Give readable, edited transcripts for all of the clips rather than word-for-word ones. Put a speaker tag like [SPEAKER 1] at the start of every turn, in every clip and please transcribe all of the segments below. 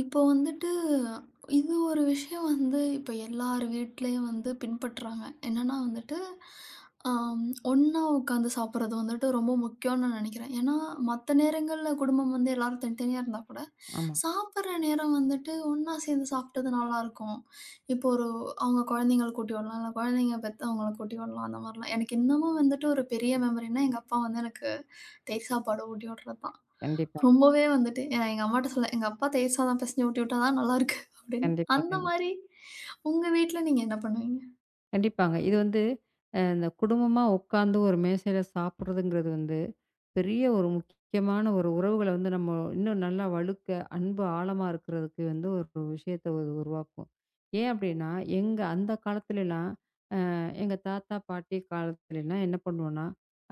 [SPEAKER 1] இப்போ வந்துட்டு, இது ஒரு விஷயம் வந்து இப்ப எல்லார் வீட்லயும் வந்து பின்பற்றுறாங்க. என்னன்னா வந்துட்டு, ஆம் ஒண்ணா உட்காந்து சாப்பிடுறது வந்துட்டு ரொம்ப முக்கியம்னு நான் நினைக்கிறேன். ஏன்னா, மத்த நேரங்கள்ல குடும்பம் வந்து எல்லாரும் தனித்தனியா இருந்தா கூட,
[SPEAKER 2] ஆமா.
[SPEAKER 1] சாப்பிடுற நேரம் வந்துட்டு ஒண்ணா சேர்ந்து சாப்பிட்டது நல்லாருக்கும். இப்போ ஒரு அவங்க குழந்தைங்கள கூட்டி விடலாம், இல்ல குழந்தைங்க பெத்தவங்கள கூட்டி விடலாம் அந்த மாரிலாம். எனக்கு இன்னமும் வந்துட்டு ஒரு பெரிய மெமரின்னா, எங்க அப்பா வந்து எனக்கு தயிர் சாப்பாடு ஊட்டி விடுறது தான்.
[SPEAKER 2] கண்டிப்பா,
[SPEAKER 1] ரொம்பவே வந்துட்டு நான் எங்க அம்மாட்ட சொல்லுவேன், "எங்க அப்பா தயிர் சாதம் பெசஞ்சு ஊட்டி விட்டா தான் நல்லாருக்கு" அப்படின்னு.
[SPEAKER 2] கண்டிப்பா,
[SPEAKER 1] அந்த
[SPEAKER 2] கண்டிப்பா.
[SPEAKER 1] மாரி உங்க வீட்ல நீங்க என்ன பண்ணுவீங்க?
[SPEAKER 2] கண்டிப்பாங்க. இது வந்து இந்த குடும்பமா உட்காந்து ஒரு மேசையில சாப்பிடுறதுங்கிறது வந்து, பெரிய ஒரு முக்கியமான ஒரு உறவுகள வந்து நம்ம இன்னும் நல்லா வலுக்க, அன்பு ஆழமா இருக்கிறதுக்கு வந்து ஒரு விஷயத்த உருவாக்கும். ஏன் அப்டின்னா, எங்க அந்த காலத்துலலாம் எங்க தாத்தா, பாட்டி காலத்துலலாம் என்ன பண்ணுவோம்னா,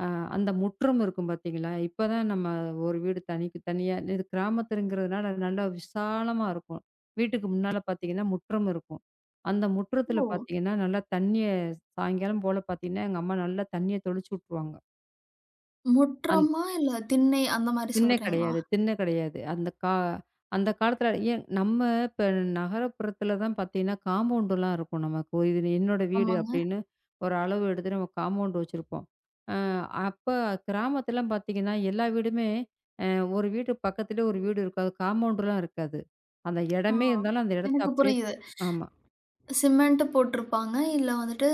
[SPEAKER 2] அ அந்த முற்றம் இருக்கும் பார்த்தீங்களா? இப்பதான் நம்ம ஒரு வீடு தனிக்கு தனியா இது கிராமத்துலங்கிறதுனால நல்லா விசாலமா இருக்கும். வீட்டுக்கு முன்னால பார்த்தீங்கன்னா, முற்றம் இருக்கும். அந்த முற்றத்தில
[SPEAKER 1] ஓ!
[SPEAKER 2] பார்த்தீங்கன்னா, நல்லா தண்ணிய சாயங்காலம் போல பார்த்தீங்கன்னா, எங்க அம்மா நல்லா தண்ணிய தெளிச்சு விட்டுருவாங்க. அந்த
[SPEAKER 1] முற்றமா இல்ல திண்ணை அந்த மாரி
[SPEAKER 2] திண்ணை
[SPEAKER 1] சொல்றீங்களா?
[SPEAKER 2] கிடையாது திண்ணை கிடையாது. அந்த காலத்தில ஏன் நம்ம இப்ப நகரப்புறத்தில தான் பார்த்தீங்கன்னா, காம்பவுண்டுலாம் இருக்கும் நமக்கு. ஒரு இது என்னோட வீடு
[SPEAKER 1] ஆமாங்க.
[SPEAKER 2] அப்படின்னு ஒரு அளவு எடுத்து நம்ம காம்பவுண்ட் வச்சிருப்போம். அ அப்ப கிராமத்திலாம் பார்த்தீங்கன்னா, எல்லா வீடுமே அ ஒரு வீடு பக்கத்திலே ஒரு வீடு இருக்காது. காம்பவுண்டுலாம் இருக்காது. அந்த
[SPEAKER 1] ஆ.
[SPEAKER 2] இடமே இருந்தாலும் அந்த இடத்த
[SPEAKER 1] எனக்கு
[SPEAKER 2] அப்படியே
[SPEAKER 1] புரியுது.
[SPEAKER 2] ஆமா.
[SPEAKER 1] சிமெண்ட் போட்டிருப்பாங்க. இல்ல வந்துட்டு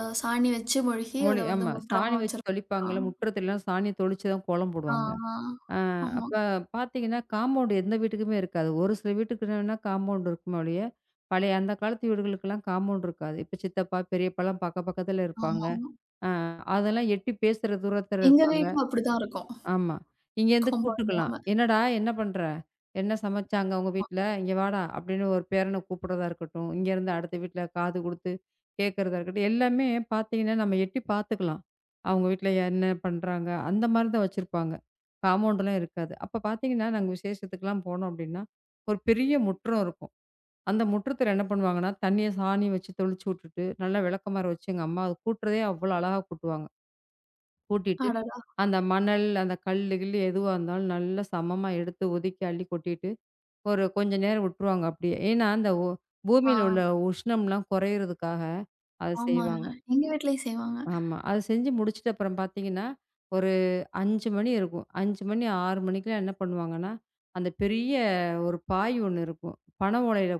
[SPEAKER 1] சாணி வச்சு மொழுகி அத
[SPEAKER 2] மொழி
[SPEAKER 1] வந்து
[SPEAKER 2] ஆமா.
[SPEAKER 1] முற்றமா
[SPEAKER 2] சாணி வச்சு
[SPEAKER 1] வச்சிருப்பாங்க.
[SPEAKER 2] தெளிப்பாங்கல்ல. முற்றத்திலலாம் சாணிய தெளிச்சு தான் கோலம்
[SPEAKER 1] ஆ,
[SPEAKER 2] போடுவாங்க.
[SPEAKER 1] ஆ, ஆ.
[SPEAKER 2] ஆ
[SPEAKER 1] ஆமா,
[SPEAKER 2] அப்ப பார்த்தீங்கன்னா, காம்பவுண்ட் எந்த வீட்டுக்குமே இருக்காது. ஒரு சில வீட்டுக்கு என்னன்னா காம்பவுண்ட் இருக்குமே ஒழிய, பழைய அந்த காலத்து வீடுகளுக்கெல்லாம் காம்பவுண்ட் இருக்காது. இப்ப சித்தப்பா, பெரியப்பாலாம் பக்க பக்கத்துல இருப்பாங்க.
[SPEAKER 1] ஆமாமா.
[SPEAKER 2] ஆ அதெல்லாம் எட்டி பேசுற தூரத்துல
[SPEAKER 1] எங்க
[SPEAKER 2] இருப்பாங்க.
[SPEAKER 1] வீட்ல அப்படிதான் இருக்கும்.
[SPEAKER 2] ஆமா. இங்கேருந்து
[SPEAKER 1] காம்பவுண்ட்
[SPEAKER 2] கூப்ட்டுக்கலாம்.
[SPEAKER 1] இல்லாம.
[SPEAKER 2] "என்னடா என்ன பண்ற? என்ன சமைச்சாங்க உங்க வீட்ல? இங்க வாடா" அப்படின்னு ஒரு பேரன கூப்பிடுறதா இருக்கட்டும், இங்கேருந்து அடுத்த வீட்ல காது குடுத்து கேட்கறதா இருக்கட்டும், எல்லாமே பார்த்தீங்கன்னா, நம்ம எட்டி பார்த்துக்கலாம். அவங்க வீட்ல என்ன பண்றாங்க? அந்த மாரி தான் வச்சிருப்பாங்க. காம்பவுண்ட்லாம் இருக்காது. அப்ப பார்த்தீங்கன்னா, நாங்க விசேஷத்துக்குலாம் போனோம் அப்படின்னா, ஒரு பெரிய முற்றம் இருக்கும். அந்த முற்றத்தில என்ன பண்ணுவாங்கன்னா, தண்ணிய சாணி வச்சு தெளிச்சு விட்டுட்டு, நல்லா விளக்கமாறு வச்சு எங்க அம்மா அதை கூட்டுறதே அவ்வளோ அழகா கூட்டுவாங்க. கூட்டிட்டு
[SPEAKER 1] அடடா!
[SPEAKER 2] அந்த மணல், அந்த கல்லு கில்லு எதுவா இருந்தாலும் நல்லா சமமா எடுத்து ஒதுக்கி அள்ளி கொட்டிட்டு, ஒரு கொஞ்ச நேரம் விட்டுருவாங்க அப்படியே. ஏன்னா, அந்த ஒ
[SPEAKER 1] ஆ.
[SPEAKER 2] பூமியில உள்ள உஷ்ணம்லாம் குறையிறதுக்காக அத
[SPEAKER 1] ஆமாங்க.
[SPEAKER 2] செய்வாங்க.
[SPEAKER 1] எங்க வீட்லயும் செய்வாங்க.
[SPEAKER 2] ஆமா. அத செஞ்சு முடிச்சுட்டு அப்புறம் பார்த்தீங்கன்னா, ஒரு 5 மணி இருக்கும். 5 மணி 6 மணிக்கெல்லாம் என்ன பண்ணுவாங்கன்னா, அந்த பெரிய ஒரு பாய் ஒண்ணு இருக்கும். பனை ஓலையில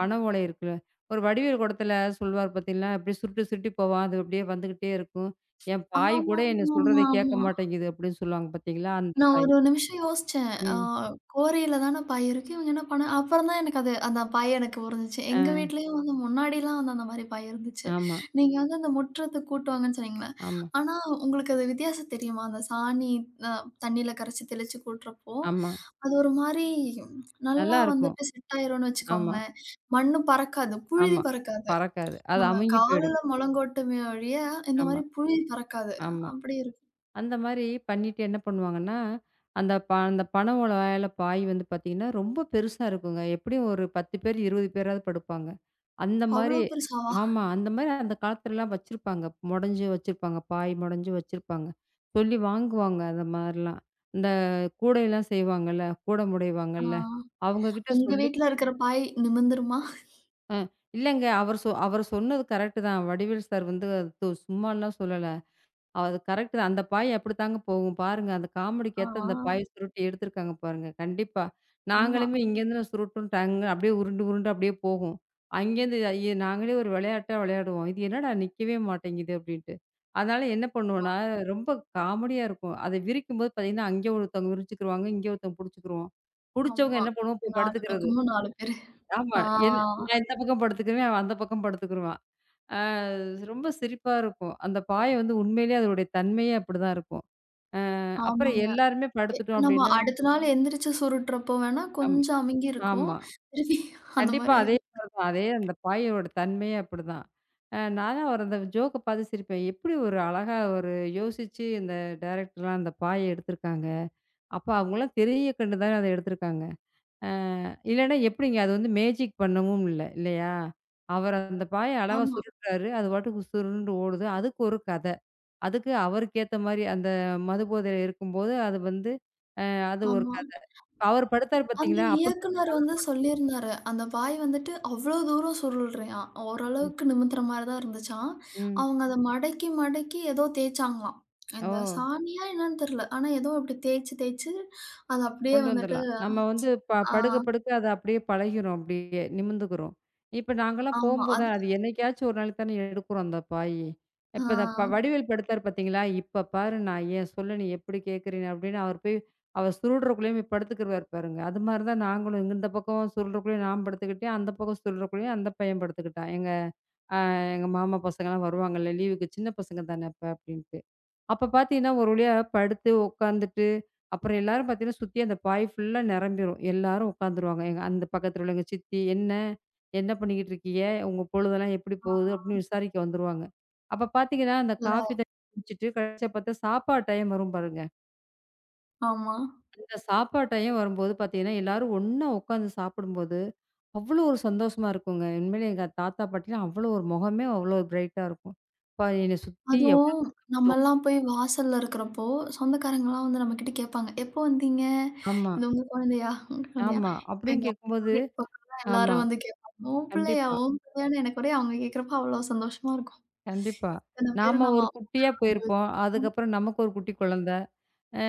[SPEAKER 2] பனை ஓலை இருக்குல்ல. ஒரு வடிவேல் படத்துல சொல்வார் பார்த்தீங்களா, அப்படியே சுருட்டி சுருட்டி போவான். அது அப்படியே வந்துகிட்டே இருக்கும். என் பாய் கூட என்ன சொல்றத
[SPEAKER 1] ஆமாமாமா,
[SPEAKER 2] கேட்க
[SPEAKER 1] ஆமா.
[SPEAKER 2] மாட்டேங்குது அப்படின்னு சொல்லுவாங்க பார்த்தீங்களா, அந்த
[SPEAKER 1] நான்
[SPEAKER 2] பாய்.
[SPEAKER 1] ஒரு நிமிஷம் யோசிச்சேன். ஆ,
[SPEAKER 2] ம்.
[SPEAKER 1] கோரையில தான பாய் இருக்கு. இவங்க என்ன பண்ணா அப்புறம் தான் எனக்கு அது அந்த பாய் எனக்கு புரிஞ்சுச்சு. எங்க
[SPEAKER 2] அ
[SPEAKER 1] வீட்லயும் வந்து முன்னாடிலாம் வந்து அந்த மாரி பாய் இருந்துச்சு.
[SPEAKER 2] ஆமா,
[SPEAKER 1] நீங்க வந்து அந்த முற்றத்த கூட்டுவாங்கன்னு சொன்னீங்கல்ல,
[SPEAKER 2] ஆமா,
[SPEAKER 1] ஆனா உங்களுக்கு அது வித்தியாசம் தெரியுமா? அந்த சாணி அ தண்ணீல கரைச்சு தெளிச்சு கூட்டுறப்போ,
[SPEAKER 2] ஆமா.
[SPEAKER 1] அது ஒரு மாரி நல்லா
[SPEAKER 2] நல்லாருக்கும்.
[SPEAKER 1] வந்துட்டு செட் ஆயிரும்னு
[SPEAKER 2] ஆமா,
[SPEAKER 1] வச்சுக்கோங்களேன். மண்ணு பறக்காது, புழுதி
[SPEAKER 2] ஆமா.
[SPEAKER 1] பறக்காது.
[SPEAKER 2] பறக்காது. அது
[SPEAKER 1] நம்ம
[SPEAKER 2] அமுங்கி போயிடும்.
[SPEAKER 1] காலுல முழங்கோட்டுமே ஒழிய, இந்த
[SPEAKER 2] ஆமா,
[SPEAKER 1] மாரி புழுதி பறக்காது.
[SPEAKER 2] ஆமா.
[SPEAKER 1] அப்படி இருக்கும்.
[SPEAKER 2] அந்த மாரி பண்ணிட்டு என்ன பண்ணுவாங்கன்னா, அந்த பனை ஓலையில பாய் வந்து பார்த்தீங்கன்னா, ரொம்ப பெருசா இருக்குங்க. எப்படியும் ஒரு 10 பேர், 20 பேராவது படுப்பாங்க. அந்த
[SPEAKER 1] அவ்வளோ
[SPEAKER 2] மாரி
[SPEAKER 1] பெருசாவா?
[SPEAKER 2] ஆமா. அந்த மாரி அந்த காலத்துலலாம் வச்சிருப்பாங்க. மொடஞ்சு வச்சிருப்பாங்க. பாய் மொடஞ்சு வச்சிருப்பாங்க. சொல்லி வாங்குவாங்க அந்த மாரிலாம். இந்த கூடையெல்லாம் செய்வாங்கல்ல, கூடை
[SPEAKER 1] ஆ.
[SPEAKER 2] முடைவாங்கல்ல, அவங்க கிட்ட
[SPEAKER 1] உங்க
[SPEAKER 2] சொல்லி
[SPEAKER 1] வீட்ல இருக்கிற பாய் நிமிந்துருமா?
[SPEAKER 2] அ இல்லங்க. அவர் சொன்னது கரெக்ட்டு தான். வடிவேல் சார் வந்து அது சும்மாலாம் சொல்லல. அது கரெக்ட் தான். அந்த பாய் அப்படித்தாங்க போகும். பாருங்க, அந்த காமெடிக்கு
[SPEAKER 1] ஆ,
[SPEAKER 2] ஏத்த அந்த பாய் சுருட்டி எடுத்திருக்காங்க பாருங்க. கண்டிப்பா.
[SPEAKER 1] ஆமா,
[SPEAKER 2] நாங்களுமே இங்கேருந்து சுருட்டுன்ட்டாங்க. அப்படியே உருண்டு உருண்டு அப்படியே போகும். அங்கேருந்து ஐய நாங்களே ஒரு விளையாட்டா விளையாடுவோம். இது என்னடா நிக்கவே மாட்டேங்குது அப்படின்ட்டு. அதனால என்ன
[SPEAKER 1] ஆமா,
[SPEAKER 2] பண்ணுவோம்னா, ரொம்ப காமெடியா இருக்கும். அதை விரிக்கும்போது பார்த்தீங்கன்னா, அங்கே ஒருத்தவங்க விரிச்சுக்குருவாங்க. இங்கே ஒருத்தவங்க புடிச்சுக்குருவோம். புடிச்சவங்க
[SPEAKER 1] ஆமா.
[SPEAKER 2] என்ன பண்ணுவோம் போய்
[SPEAKER 1] 4
[SPEAKER 2] படுத்துக்கிறது.
[SPEAKER 1] பக்கமும் 4 பேரு.
[SPEAKER 2] ஆமா.
[SPEAKER 1] ஆ,
[SPEAKER 2] என் நான் இந்த பக்கம் படுத்துக்குருவேன். அவன் அந்த பக்கம் படுத்துக்குருவான். ஆ ரொம்ப சிரிப்பா இருக்கும். அந்த பாய் வந்து உண்மையிலேயே அதனுடைய தன்மையே அப்படிதான் இருக்கும். அப்புறம்
[SPEAKER 1] ஆமாங்க.
[SPEAKER 2] எல்லாருமே
[SPEAKER 1] எ
[SPEAKER 2] படுத்துட்டோம்
[SPEAKER 1] நம்ம
[SPEAKER 2] அப்படின்னா
[SPEAKER 1] அடுத்த நாள் எந்திரிச்சு சுருட்டுறப்போ வேணா
[SPEAKER 2] ஆமா,
[SPEAKER 1] கொஞ்சம் அமுங்கி இருக்கும்.
[SPEAKER 2] ஆமா.
[SPEAKER 1] திருப்பி அந்த
[SPEAKER 2] கண்டிப்பா
[SPEAKER 1] மாரி
[SPEAKER 2] அதே
[SPEAKER 1] ஆயிரும்.
[SPEAKER 2] மாரி தான். அதே அந்த பாயோட தன்மையே அப்படிதான். நான்லாம் ஒரு அந்த ஜோக்க பார்த்து சிரிப்பேன். எப்படி ஒரு அழகா ஒரு யோசிச்சு இந்த டைரக்டர்லாம் அந்த பாய எடுத்திருக்காங்க. அப்ப அவங்கலாம் திரைய கண்டு தானே அத எடுத்திருக்காங்க. அ இல்லன்னா எப்படிங்க அது வந்து மேஜிக் பண்ணவும் இல்ல, இல்லையா? அவர் அந்த பாய அழகா
[SPEAKER 1] ஆமா,
[SPEAKER 2] சுருட்டுறாரு. அது பாட்டுக்கு சுருண்டு ஓடுது. அதுக்கு ஒரு கத. அதுக்கு அவருக்கு ஏத்த மாரி அந்த மது போதையில இருக்கும்போது, அது வந்து அது ஒரு
[SPEAKER 1] ஆமா.
[SPEAKER 2] க அவர் படுத்தாரு
[SPEAKER 1] அந்த
[SPEAKER 2] பார்த்தீங்களா? அப்படித்தான்
[SPEAKER 1] இயக்குனர் வந்து சொல்லியிருந்தாரு. அந்த பாய் வந்துட்டு அவ்ளோ தூரம் சுருள்றான். ஓரளவுக்கு நிமித்துற மாரி தான் இருந்துச்சாம்.
[SPEAKER 2] ம்.
[SPEAKER 1] அவங்க அத மடக்கி, மடக்கி ஏதோ தேய்ச்சாங்களாம்.
[SPEAKER 2] ஓ!
[SPEAKER 1] இந்த சாணியா என்னன்னு தெரியல. ஆனா ஏதோ இப்படி தேய்ச்சு, தேய்ச்சு அது அப்படியே
[SPEAKER 2] கொண்டு
[SPEAKER 1] வந்துட்டு.
[SPEAKER 2] வந்துரலாம். நம்ம வந்து ப
[SPEAKER 1] ஆ.
[SPEAKER 2] படுக்க படுக்க அது அப்படியே பழகிரும். அப்படியே நிமிர்ந்துக்கிறோம். இப்ப நாங்கலாம்
[SPEAKER 1] ஆமா.
[SPEAKER 2] போம்போது
[SPEAKER 1] அது
[SPEAKER 2] அது என்னைக்காச்சும் ஒரு நாளைக்கு தானே எடுக்கிறோம் அந்த பாயி.
[SPEAKER 1] ஆ
[SPEAKER 2] இப்ப இந்த வடிவேல் படுத்தாரு பார்த்தீங்களா? "இப்ப பாரு நான் ஏன் சொல்ல நீ எப்படி கேட்கிறேன்னு" அப்படின்னு அவர் போய் அவர் சுருள்றக்குள்ளேயும் போய் படுத்துக்குருவாரு பாருங்க. அது மாரி தான் நாங்களும் இங்க இந்த பக்கம் சுருள்றக்குள்ளேயும் நான் படுத்துக்கிட்டேன். அந்த பக்கம் சுருள்றக்குள்ளேயும் அந்த பையன் படுத்துக்கிட்டான். அ எங்க மாமா பசங்கலாம் வருவாங்கல்ல லீவுக்கு, சின்ன பசங்க தானே அப்ப அப்டின்ட்டு. அப்ப பார்த்தீங்கன்னா, ஒரு வழியா படுத்து உட்காந்துட்டு, அப்புறம் எல்லாரும் பார்த்தீங்கன்னா, சுத்தி அந்த பாய் ஃபுல்லா நிரம்பிரும். எல்லாரும் உட்காந்துருவாங்க. எங்க அந்த பக்கத்துல உள்ள எங்க சித்தி, "என்ன? என்ன பண்ணிக்கிட்டு இருக்கீக? உங்க பொழுதெல்லாம் எப்படி போகுது?" அப்படின்னு விசாரிக்க வந்துருவாங்க. அப்ப பார்த்தீங்கன்னா, அந்த
[SPEAKER 1] இல்ல
[SPEAKER 2] காஃபி தண்ணி குடிச்சிட்டு கடைசியா பார்த்தா சாப்பாடு டைம் வரும் பாருங்க.
[SPEAKER 1] ஆமா.
[SPEAKER 2] இந்த சாப்பாடு டைம் வரும்போது பார்த்தீங்கன்னா, எல்லாரும் ஒண்ணா உட்காந்து சாப்பிடும்போது, அவ்வளோ ஒரு சந்தோஷமா இருக்குங்க. உண்மையிலே எங்க தாத்தா பாட்டிலாம் அவ்வளோ ஒரு முகமே அவ்வளோ ஒரு பிரைட்டா இருக்கும். அப்பா என்னை சுத்தி எவ்வளோ
[SPEAKER 1] அதுவும்
[SPEAKER 2] சொந்தம் பந்தம்
[SPEAKER 1] நம்மலாம் போய் வாசல்ல இருக்கிறப்போ, சொந்தக்காரங்கலாம் வந்து நம்மகிட்ட கேட்பாங்க. "எப்போ வந்தீங்க?
[SPEAKER 2] ஆமா,
[SPEAKER 1] இது உங்க குழந்தையா? உங்க குழந்தையா?"
[SPEAKER 2] ஆமா.
[SPEAKER 1] இப்ப
[SPEAKER 2] அப்படின்னு
[SPEAKER 1] எங்க அம்மா
[SPEAKER 2] கேட்கும்போது
[SPEAKER 1] வீட்டு பக்கம்லாம்
[SPEAKER 2] ஆமா.
[SPEAKER 1] எல்லாரும் வந்து கேட்பாங்க. "உன் பிள்ளையா?
[SPEAKER 2] கண்டிப்பா,
[SPEAKER 1] உன் பிள்ளையான்னு?" எனக்கு ஒரே அவங்க கேட்கிறப்ப அவ்ளோ சந்தோஷமா இருக்கும்.
[SPEAKER 2] கண்டிப்பா.
[SPEAKER 1] இத்தன பேரு
[SPEAKER 2] நாம
[SPEAKER 1] நம்ம
[SPEAKER 2] ஒரு குட்டியா
[SPEAKER 1] அனுபவி.
[SPEAKER 2] போயிருப்போம். அதுக்கப்புறம் நமக்கு ஒரு குட்டி குழந்த. அ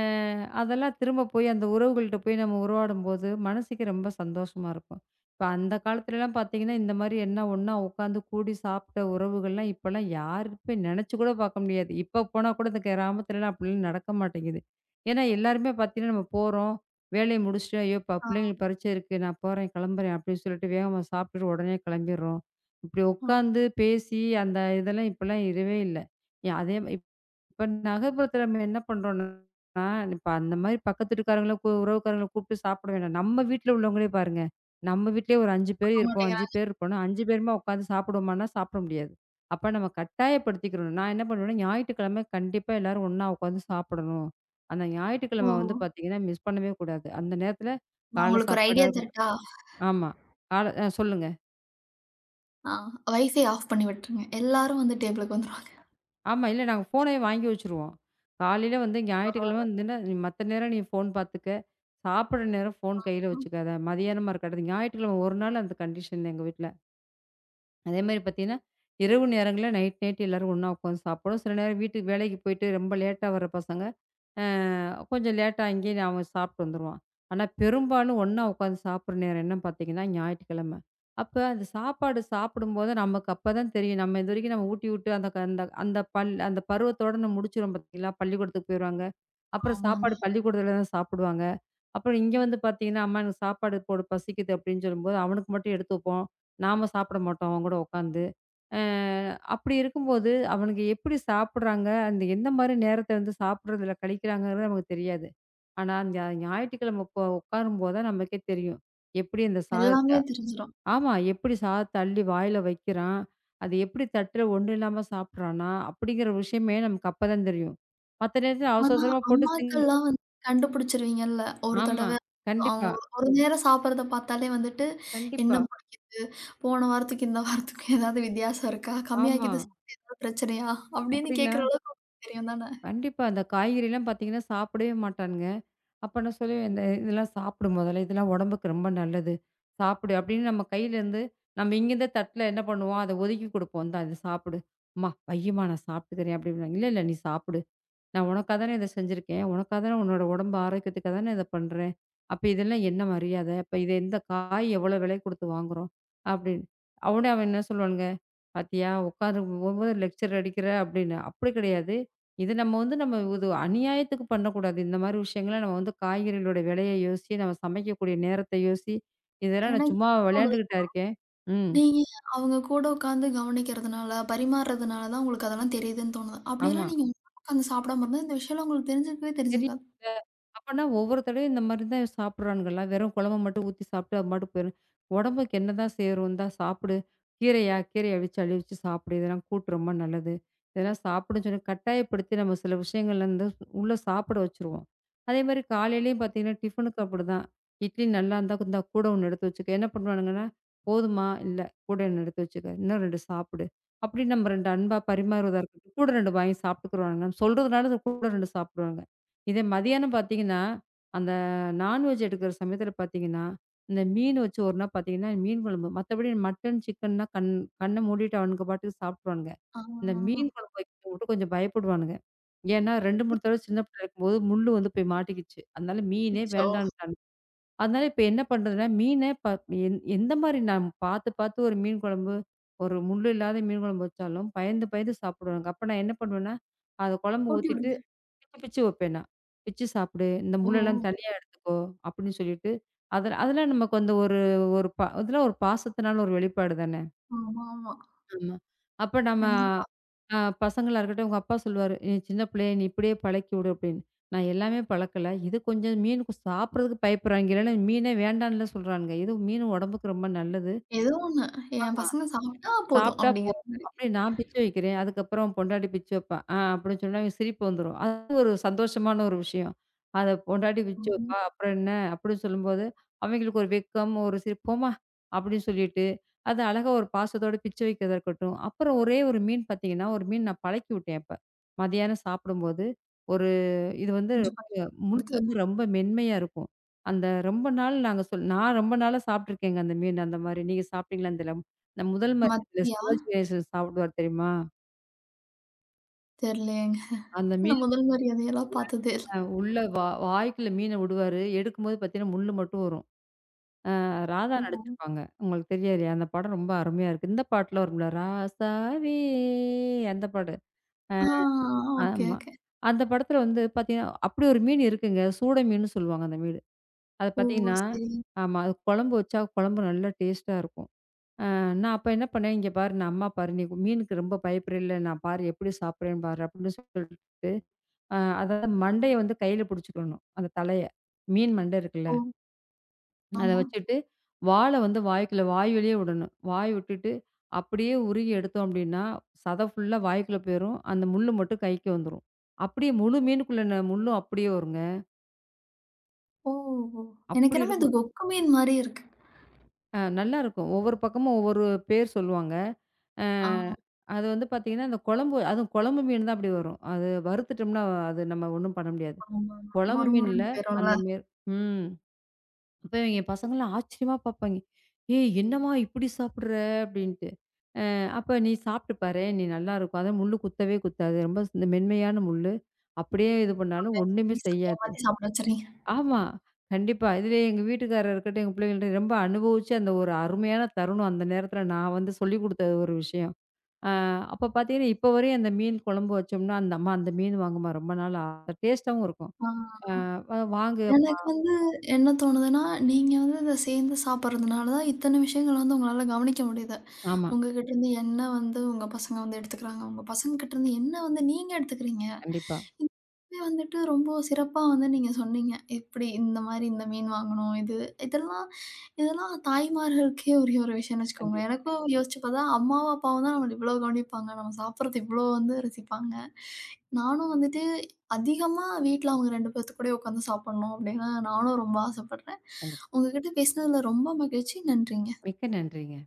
[SPEAKER 2] அதெல்லாம் திரும்ப போய் அந்த உறவுகள்ட்ட போய் நம்ம உறவாடும்போது, மனசுக்கு ரொம்ப சந்தோஷமா இருக்கும். இப்ப அந்த காலத்துலலாம் பார்த்தீங்கன்னா, இந்த மாரி என்ன ஒண்ணா உட்காந்து கூடி சாப்பிட்ட உறவுகள்லாம் இப்பலாம் யாருமே நெனச்சு கூட பார்க்க முடியாது. இப்ப போனா கூட இந்த கிராமத்துலலாம் அப்படிலாம் நடக்க மாட்டேங்குது. ஏன்னா எல்லாருமே பார்த்தீங்கன்னா, நம்ம போறோம், வேலைய முடிச்சுட்டு, "ஐயோ!
[SPEAKER 1] ஆ.
[SPEAKER 2] பிள்ளைங்களுக்கு பரீட்சை இருக்கு. நான் போறேன், கிளம்புறேன்" அப்படின்னு சொல்லிட்டு வேகமா சாப்பிட்டுட்டு உடனே கிளம்பிடுறோம். இப்படி
[SPEAKER 1] அவ்வளோதான்.
[SPEAKER 2] உட்காந்து பேசி அந்த இதெல்லாம் இப்பலாம் இல்லவே இல்ல. அதே இப்ப நகர்ப்புறத்துல நம்ம என்ன பண்றோம்ன்னா, இப்ப அந்த மாரி பக்கத்து வீட்டுக்காரங்கள உறவுக்காரங்கள கூப்பிட்டு சாப்பிட வேண்டாம். நம்ம வீட்ல உள்ளவங்களே பாருங்க. நம்ம வீட்லயே ஒரு 5 பேர்
[SPEAKER 1] பண்ண
[SPEAKER 2] இருப்போம். 5
[SPEAKER 1] மாட்டேங்கிறாங்க.
[SPEAKER 2] பேர் இருப்போம்னா, 5 பேருமா உட்காந்து சாப்பிடுவோமான்னா, சாப்பிட முடியாது. அப்ப நம்ம கட்டாயப்படுத்திக்கிறணும். நான் என்ன பண்ணுவேன்னா, ஞாயிற்றுக்கிழமை கண்டிப்பா எல்லாரும் ஒண்ணா உட்காந்து சாப்பிடணும். அந்த
[SPEAKER 1] ஓ!
[SPEAKER 2] ஞாயிற்றுக்கிழமை வந்து பார்த்தீங்கன்னா, மிஸ் பண்ணவே கூடாது. அந்த நேரத்துல
[SPEAKER 1] நான்
[SPEAKER 2] காலை
[SPEAKER 1] உங்களுக்கு ஒரு
[SPEAKER 2] சாப்பாடா
[SPEAKER 1] ஐடியா
[SPEAKER 2] இருக்கட்டும்
[SPEAKER 1] தரட்டா?
[SPEAKER 2] ஆமா. கால அ சொல்லுங்க.
[SPEAKER 1] ஆ, வைஃபை ஆஃப் பண்ணி விட்டுருங்க. எல்லாரும் வந்து டேபிளுக்கு வந்துருவாங்க.
[SPEAKER 2] ஆமா. இல்ல நாங்க ஃபோனே வாங்கி வச்சுருவோம். காலையில வந்து ஞாயிற்றுக்கிழமை
[SPEAKER 1] பரவாயில்ல.
[SPEAKER 2] வந்துன்னா, நீ மத்த நேரம் நீ ஃபோன் பார்த்துக்க. சாப்பிடுற நேரம் ஃபோன் கையில வச்சுக்காத. மதியானமா இருக்கட்டும். ஞாயிற்றுக்கிழமை ஒரு நாள் அந்த கண்டிஷன் எங்க வீட்ல. அதேமாரி பார்த்தீங்கன்னா, இரவு நேரங்கள்ல நைட் நைட் எல்லாரும் ஒண்ணா உட்காந்து சாப்பிடுவோம். சில நேரம் வீட்டுக்கு வேலைக்கு போயிட்டு ரொம்ப லேட்டா வர பசங்க அ கொஞ்சம் லேட்டா அங்கேயே அவன் சாப்பிட்டு வந்துருவான். ஆனா, பெரும்பாலும் ஒண்ணா உட்காந்து சாப்பிடுற நேரம் என்னன்னு பார்த்தீங்கன்னா, ஞாயிற்றுக்கிழமை. அப்ப அந்த சாப்பாடு சாப்பிடும்போது நமக்கு அப்பதான் தெரியும். நம்ம இதுவரைக்கும் நம்ம ஊட்டி விட்டு அந்த க அந்த அந்த பல் அந்த பருவத்தோட நம்ம முடிச்சிருவோம் பார்த்தீங்களா? பள்ளிக்கூடத்துக்கு போயிருவாங்க. அப்புறம் சாப்பாடு
[SPEAKER 1] ஆமாங்க.
[SPEAKER 2] பள்ளிக்கூடத்துல தான் சாப்பிடுவாங்க. அப்புறம் இங்க வந்து பார்த்தீங்கன்னா, "அம்மா எனக்கு சாப்பாடு போடு பசிக்குது" அப்படின்னு சொல்லும்போது, அவனுக்கு மட்டும் எடுத்து வைப்போம். நாம சாப்பிட மாட்டோம் அவன் கூட உட்காந்து. அ அப்படி இருக்கும்போது, அவனுங்க எப்படி சாப்பிடுறாங்க? அந்த எந்த மாரி நேரத்த வந்து சாப்பிடுறதுல கழிக்கிறாங்கங்கிறது நமக்கு தெரியாது. ஆனா, அந்த ஞாயிற்றுக்கிழமை உட்காரும்போது தான் நமக்கே தெரியும். எப்படி அந்த சாதத்த
[SPEAKER 1] எல்லாமே தெரிஞ்சிரும்.
[SPEAKER 2] ஆமா. எப்படி சாதத்த அள்ளி வாயில வைக்கிறான்? அது எப்படி தட்டுல ஒண்ணும் இல்லாம சாப்பிடுறானா? அப்படிங்கிற விஷயமே நமக்கு அப்பதான் தெரியும். மத்த நேரத்துல அவசர
[SPEAKER 1] ஆனா,
[SPEAKER 2] அவசரமா போட்டு
[SPEAKER 1] அம்மாக்கள்லாம் வந்து கண்டுபிடிச்சிருவீங்கல்ல. ஒரு
[SPEAKER 2] ஆமா.
[SPEAKER 1] தடவ அவங்க
[SPEAKER 2] கண்டிப்பா,
[SPEAKER 1] ஒரு ஒரு நேரம் சாப்பிடுறத பார்த்தாலே வந்துட்டு, என்ன
[SPEAKER 2] கண்டிப்பா.
[SPEAKER 1] பண்ணு? போன வாரத்துக்கு, இந்த வாரத்துக்கும் ஏதாவது வித்தியாசம் இருக்கா?
[SPEAKER 2] ஆமா.
[SPEAKER 1] கம்மியாக்கிது சாப்பிட்டு ஏதாவது பிரச்சனையா? அப்படின்னு
[SPEAKER 2] அப்படின்னா
[SPEAKER 1] கேட்கிற அளவுக்கு உங்களுக்கு தெரியும் தானே!
[SPEAKER 2] கண்டிப்பா. அந்த காய்கறிலாம் பார்த்தீங்கன்னா, சாப்பிடவே மாட்டானுங்க. அப்ப நான் சொல்லுவேன், "இந்த இதெல்லாம் சாப்பிடு மொதல்ல. இதெல்லாம் உடம்புக்கு ரொம்ப நல்லது. சாப்பிடு." அப்படின்னு நம்ம கையிலேருந்து நம்ம இங்கேருந்தே தட்டில என்ன பண்ணுவோம், அத ஒதுக்கி குடுப்போம். "இந்தா இத சாப்பிடு." "அம்மா வையும்மா, நான் சாப்பிட்டுக்கிறேன்." அப்படிம்பாங்க. "இல்ல, இல்ல. நீ சாப்பிடு. நான் உனக்கா தானே இத செஞ்சிருக்கேன். உனக்கா தானே உன்னோட உடம்பு ஆரோக்கியத்துக்கா தானே இத பண்றேன். அப்ப இதெல்லாம் என்ன மரியாதை? அப்ப இது எந்த காய் எவ்வளோ விலை குடுத்து வாங்குறோம்?" அப்படின்னு. அவன் என்ன சொல்லுவானுங்க பாத்தியா! உட்காந்து ஒவ்வொரு லெக்சர் அடிக்கிற அப்படின்னு. அப்படி கிடையாது. இது நம்ம வந்து நம்ம இது அநியாயத்துக்கு பண்ணக்கூடாது. இந்த மாரி விஷயங்கள நம்ம வந்து காய்கறிகளோட விலைய யோசிச்சு, நம்ம சமைக்கக்கூடிய நேரத்த யோசிச்சு, இதெல்லாம் நான்
[SPEAKER 1] எனக்கு
[SPEAKER 2] சும்மா
[SPEAKER 1] என்ன தோணுது,
[SPEAKER 2] விளையாண்டுகிட்டா இருக்கேன். ம்.
[SPEAKER 1] நீங்க அவங்க கூட உட்காந்து கவனிக்கிறதுனால, பரிமாறுறதுனால தான் உங்களுக்கு அதெல்லாம் தெரியுதுன்னு தோணுது.
[SPEAKER 2] ஆமா.
[SPEAKER 1] அப்படிலாம் நீங்க உட்காந்து சாப்பிடாம இருந்தா, இந்த விஷயம்லாம் உங்களுக்கு தெரிஞ்சிருக்கவே
[SPEAKER 2] தெரியல.
[SPEAKER 1] தெரிஞ்சிருக்காது.
[SPEAKER 2] அப்பன்னா ஒவ்வொரு தடவையும் இந்த மாரி தான் சாப்பிடுறானுங்கல்லாம். வெறும் குழம்ப மட்டும் ஊத்தி சாப்பிட்டு அது பாட்டுக்கு போயிரும். உடம்புக்கு என்னதான் சேரும்? இந்தா சாப்பிடு. கீரையா? கீரைய அவிச்சு, அழிவிச்சு சாப்பிடு. இதெல்லாம் கூட்டு ரொம்ப நல்லது. இதெல்லாம் சாப்பிடுன்னு சொல்லி கட்டாயப்படுத்தி நம்ம சில விஷயங்கள்ல இருந்து உள்ள சாப்பிட வச்சுருவோம். அதே மாரி காலையிலயும் பார்த்தீங்கன்னா, டிஃபனுக்கு அப்படிதான். இட்லி நல்லா இருந்தா இந்தா கூட ஒண்ணு எடுத்து வச்சுக்க. என்ன பண்ணுவானுங்கன்னா, போதுமா? இல்ல. கூட ஒண்ணு எடுத்து வச்சுக்க. இன்னும் 2 சாப்பிடு. அப்படி நம்ம 2 அன்பா பரிமாறுவதா இருக்கட்டும். கூட 2 வாங்கி சாப்பிட்டுக்குருவானுங்க. நம்ம சொல்றதுனால இது கூட 2 சாப்பிடுவாங்க. இதே மதியானம் பார்த்தீங்கன்னா, அந்த நான்வெஜ் எடுக்கிற சமயத்தில பார்த்தீங்கன்னா, இந்த மீன் வச்சு ஒரு நாள் பார்த்தீங்கன்னா, மீன் குழம்பு. மத்தபடி மட்டன், சிக்கன்னா கண்ண மூடிட்டு அவனுங்க பாட்டுக்கு சாப்ட்ருவானுங்க. இந்த
[SPEAKER 1] ஆ.
[SPEAKER 2] மீன் குழம்பு வைக்கிறது மட்டும் கொஞ்சம் பயப்படுவானுங்க. ஏன்னா 2, 3 தடவ சின்ன பிள்ளையா இருக்கும்போது முள்ளு வந்து போய் மாட்டிக்கிச்சு. அதனால மீனே
[SPEAKER 1] அச்சோ!
[SPEAKER 2] வேண்டான்ட்டானுங்க. அதனால இப்ப என்ன பண்றதுன்னா, மீனே ப எந் எந்த மாரி நான் பார்த்து பார்த்து ஒரு மீன் குழம்பு, ஒரு முள்ளு இல்லாத மீன் குழம்பு வச்சாலும் பயந்து பயந்து சாப்பிடுவானுங்க. அப்ப நான் என்ன பண்ணுவேன்னா, அத குழம்பு
[SPEAKER 1] ஊட்டி
[SPEAKER 2] ஊத்திட்டு
[SPEAKER 1] விடுங்க.
[SPEAKER 2] பிச்சு பிச்சு வைப்பேன் நான். பிச்சு சாப்பிடு. இந்த
[SPEAKER 1] ஓ!
[SPEAKER 2] முள்ளெல்லாம் தனியா எடுத்துக்கோ! அப்படின்னு சொல்லிட்டு, அதில அதெல்லாம் நமக்கு வந்து ஒரு ஒரு ப அதெல்லாம் ஒரு பாசத்தினால ஒரு வெளிப்பாடு தானே!
[SPEAKER 1] ஆமா, ஆமா.
[SPEAKER 2] ஆமா. அப்ப நம்ம
[SPEAKER 1] கண்டிப்பா.
[SPEAKER 2] பசங்களா இருக்கட்டும், உங்க அப்பா சொல்லுவாரு, "நீ சின்ன பிள்ளைய நீ இப்படியே பழக்கி விடு" அப்படின்னு. நான் எல்லாமே பழக்கல. இது கொஞ்சம் மீன் சாப்பிடுறதுக்கு பயப்படுறாங்க. இல்லன்னா மீனே வேண்டான்லாம் சொல்றானுங்க. இது மீன் உடம்புக்கு ரொம்ப நல்லது.
[SPEAKER 1] ஏதோ ஒண்ணு. என்
[SPEAKER 2] ஆமா.
[SPEAKER 1] பசங்க சாப்பிட்டா போதும்
[SPEAKER 2] சாப்பிட்டா
[SPEAKER 1] அப்படிங்கிற
[SPEAKER 2] போதும்.
[SPEAKER 1] மாரி.
[SPEAKER 2] அப்படியே நான் பிச்சை வைக்கிறேன். அதுக்கப்புறம் பொண்டாட்டி பிச்சை வைப்பா. ஆ அப்படின்னு சொன்னா இவன் சிரிப்பு வந்துரும். அது ஒரு சந்தோஷமான ஒரு விஷயம். அத பொண்டாட்டி பிச்சை
[SPEAKER 1] ம்.
[SPEAKER 2] வைப்பா. அப்புறம் என்ன அப்படின்னு சொல்லும்போது, அவங்களுக்கு ஒரு வெட்கம், ஒரு சிரிப்பு, போம்மா அப்படின்னு சொல்லிட்டு, அது அழகா ஒரு பாசத்தோட பிச்சை வைக்கிறதா இருக்கட்டும். அப்புறம் ஒரே ஒரு மீன் பார்த்தீங்கன்னா, ஒரு மீன் நான் பழக்கி விட்டேன் அப்ப. மதியானம் சாப்பிடும்போது, ஒரு இது வந்து
[SPEAKER 1] கொஞ்சம் கொஞ்சம்
[SPEAKER 2] முள்ளு
[SPEAKER 1] குடுத்தேன்.
[SPEAKER 2] வந்து ரொம்ப மென்மையா இருக்கும். அந்த ரொம்ப நாள் நாங்க சொல் நான் ரொம்ப நாளா சாப்பிட்டுருக்கேங்க அந்த மீன் அந்த மாரி. நீங்க சாப்பிட்டீங்களான்னு தெரியல. நான் முதல் இந்த
[SPEAKER 1] மத்தியா?
[SPEAKER 2] சிவாஜி கணேசன் சாப்பிடுவாரு தெரியுமா?
[SPEAKER 1] தெரியலையேங்க.
[SPEAKER 2] அந்த மீன
[SPEAKER 1] நான் முதல் மரியாதையெல்லாம் பார்த்ததே இல்ல.
[SPEAKER 2] அ உள்ள வா வாய்க்குள்ள மீன விடுவாரு. எடுக்கும்போது பார்த்தீங்கன்னா, முள்ளு மட்டும் வரும். ராதா
[SPEAKER 1] ம்.
[SPEAKER 2] நடிச்சிருப்பாங்க. உங்களுக்கு தெரியாது. அந்த படம் ரொம்ப அருமையா இருக்கு. இந்த பாட்டுல வரும்ல, ராசாவே அந்த பாடு.
[SPEAKER 1] ஆ, ஓகே,
[SPEAKER 2] ஆமா.
[SPEAKER 1] ஓகே.
[SPEAKER 2] அந்த படத்துல வந்து பார்த்தீங்கன்னா, அப்படி ஒரு மீன் இருக்குங்க. சூட மீன்னு சொல்லுவாங்க அந்த மீனு. அது
[SPEAKER 1] ஓ!
[SPEAKER 2] பார்த்தீங்கன்னா
[SPEAKER 1] சரி.
[SPEAKER 2] ஆமா. அது குழம்பு வச்சா குழம்பு நல்லா டேஸ்ட்டா இருக்கும். நான் அப்ப என்ன பண்ணேன், "இங்க பாரு நான் அம்மா பாரு, நீ மீனுக்கு ரொம்ப பயப்படுறல்ல, நான் பாரு எப்படி சாப்பிடுறேன்னு பாரு" அப்படின்னு சொல்லிட்டு அதாவது மண்டைய வந்து கையில புடிச்சுக்கணும். அந்த தலைய. மீன் மண்டை இருக்குல்ல.
[SPEAKER 1] ஓ!
[SPEAKER 2] அத
[SPEAKER 1] ஆமா.
[SPEAKER 2] வச்சுட்டு, வால வந்து வாய்க்குள்ள வாய் வழியே விடணும். வாய் விட்டுட்டு, அப்படியே உருகி எடுத்தோம் அப்படின்னா, சதை ஃபுல்லா வாய்க்குள்ள போயிரும். அந்த முள்ளு மட்டும் கைக்கு வந்துரும். அப்படியே முழு மீனுக்குள்ள முள்ளும் அப்படியே வருங்க.
[SPEAKER 1] ஓ! ஓ! எனக்கு
[SPEAKER 2] அப்படி
[SPEAKER 1] என்னமோ இது
[SPEAKER 2] இருக்கும்.
[SPEAKER 1] கொக்கு மீன் மாரி இருக்கு.
[SPEAKER 2] நல்லாருக்கும். ஒவ்வொரு பக்கமும் ஒவ்வொரு பேர் சொல்லுவாங்க. அ
[SPEAKER 1] ஆ.
[SPEAKER 2] அது வந்து பார்த்தீங்கன்னா, அந்த குழம்பு அதுவும் குழம்பு மீன் தான் அப்படி வரும். அது வறுத்துட்டோம்னா, அது நம்ம ஒண்ணும் பண்ண முடியாது.
[SPEAKER 1] ஆமா.
[SPEAKER 2] குழம்பு
[SPEAKER 1] மொறு
[SPEAKER 2] மீன்ல
[SPEAKER 1] மொறுன்னு போயிரும்ல.
[SPEAKER 2] அந்த மேல் ம். அப்ப எங்க பசங்கலாம் ஆச்சரியமா பார்ப்பாங்க. "ஏய்! என்னம்மா இப்படி சாப்பிடுற?" அப்படின்ட்டு. அப்ப "நீ சாப்பிட்டு பாரேன். நீ நல்லாருக்கும். அதான் முள்ளு குத்தவே குத்தாது. ரொம்ப இந்த மென்மையான முள்ளு. அப்படியே இது பண்ணாலும் ஒண்ணுமே
[SPEAKER 1] அப்படின்னு சொல்லி
[SPEAKER 2] செய்யாது."
[SPEAKER 1] ஏமாத்தி சாப்பிட வச்சுறீங்க.
[SPEAKER 2] ஆமா. கண்டிப்பா. இதுல எங்க வீட்டுக்காரர் இருக்கட்டும், எங்க பிள்ளைங்கள்ட்ட ரொம்ப அனுபவிச்சு அந்த ஒரு அருமையான தருணம் அந்த நேரத்துல நான் வந்து சொல்லிக் குடுத்த ஒரு விஷயம். அப்ப பார்த்தீங்கன்னா, இப்ப வரையும் அந்த மீன் குழம்பு வச்சோம்னா, அந்த அம்மா அந்த மீன் வாங்கும்மா ரொம்ப நாளா. டேஸ்ட்டாவும் இருக்கும்.
[SPEAKER 1] ஆ,
[SPEAKER 2] அ வாங்கு
[SPEAKER 1] எனக்கு வந்து என்ன தோணுதுன்னா, நீங்க வந்து இத சேர்ந்து சாப்பிடுறதுனால தான் இத்தன விஷயங்கள் வந்து உங்களால கவனிக்க முடியுது.
[SPEAKER 2] ஆமா.
[SPEAKER 1] உங்ககிட்ட இருந்து என்ன வந்து உங்க பசங்க வந்து எடுத்துக்கிறாங்க. உங்க பசங்க கிட்ட இருந்து என்ன வந்து நீங்க எடுத்துக்கிறீங்க.
[SPEAKER 2] கண்டிப்பா.
[SPEAKER 1] இதுவே வந்துட்டு ரொம்ப சிறப்பா வந்து நீங்க சொன்னீங்க. எப்படி இந்த மாரி இந்த மீன் வாங்கணும். இது இதெல்லாம் இதெல்லாம் தாய்மார்களுக்கே உரிய ஒரு விஷயம்னு வச்சுக்கோங்களேன்.
[SPEAKER 2] கண்டிப்பா,
[SPEAKER 1] எனக்கும்
[SPEAKER 2] கண்டிப்பா.
[SPEAKER 1] யோசிச்சு பார்த்தா அம்மாவும், அப்பாவும் தான் நம்மள இவ்வளோ கவனிப்பாங்க. நம்ம சாப்பிடுறது இவ்வளோ வந்து ரசிப்பாங்க. நானும் வந்துட்டு அதிகமா வீட்ல அவங்க 2 பேத்து கூடயே உட்காந்து சாப்பிடணும் அப்படின்னு நானும் ரொம்ப ஆசைப்படுறேன்.
[SPEAKER 2] கண்டிப்பா.
[SPEAKER 1] உங்ககிட்ட பேசினதுல ரொம்ப மகிழ்ச்சி. நன்றிங்க.
[SPEAKER 2] மிக்க நன்றிங்க.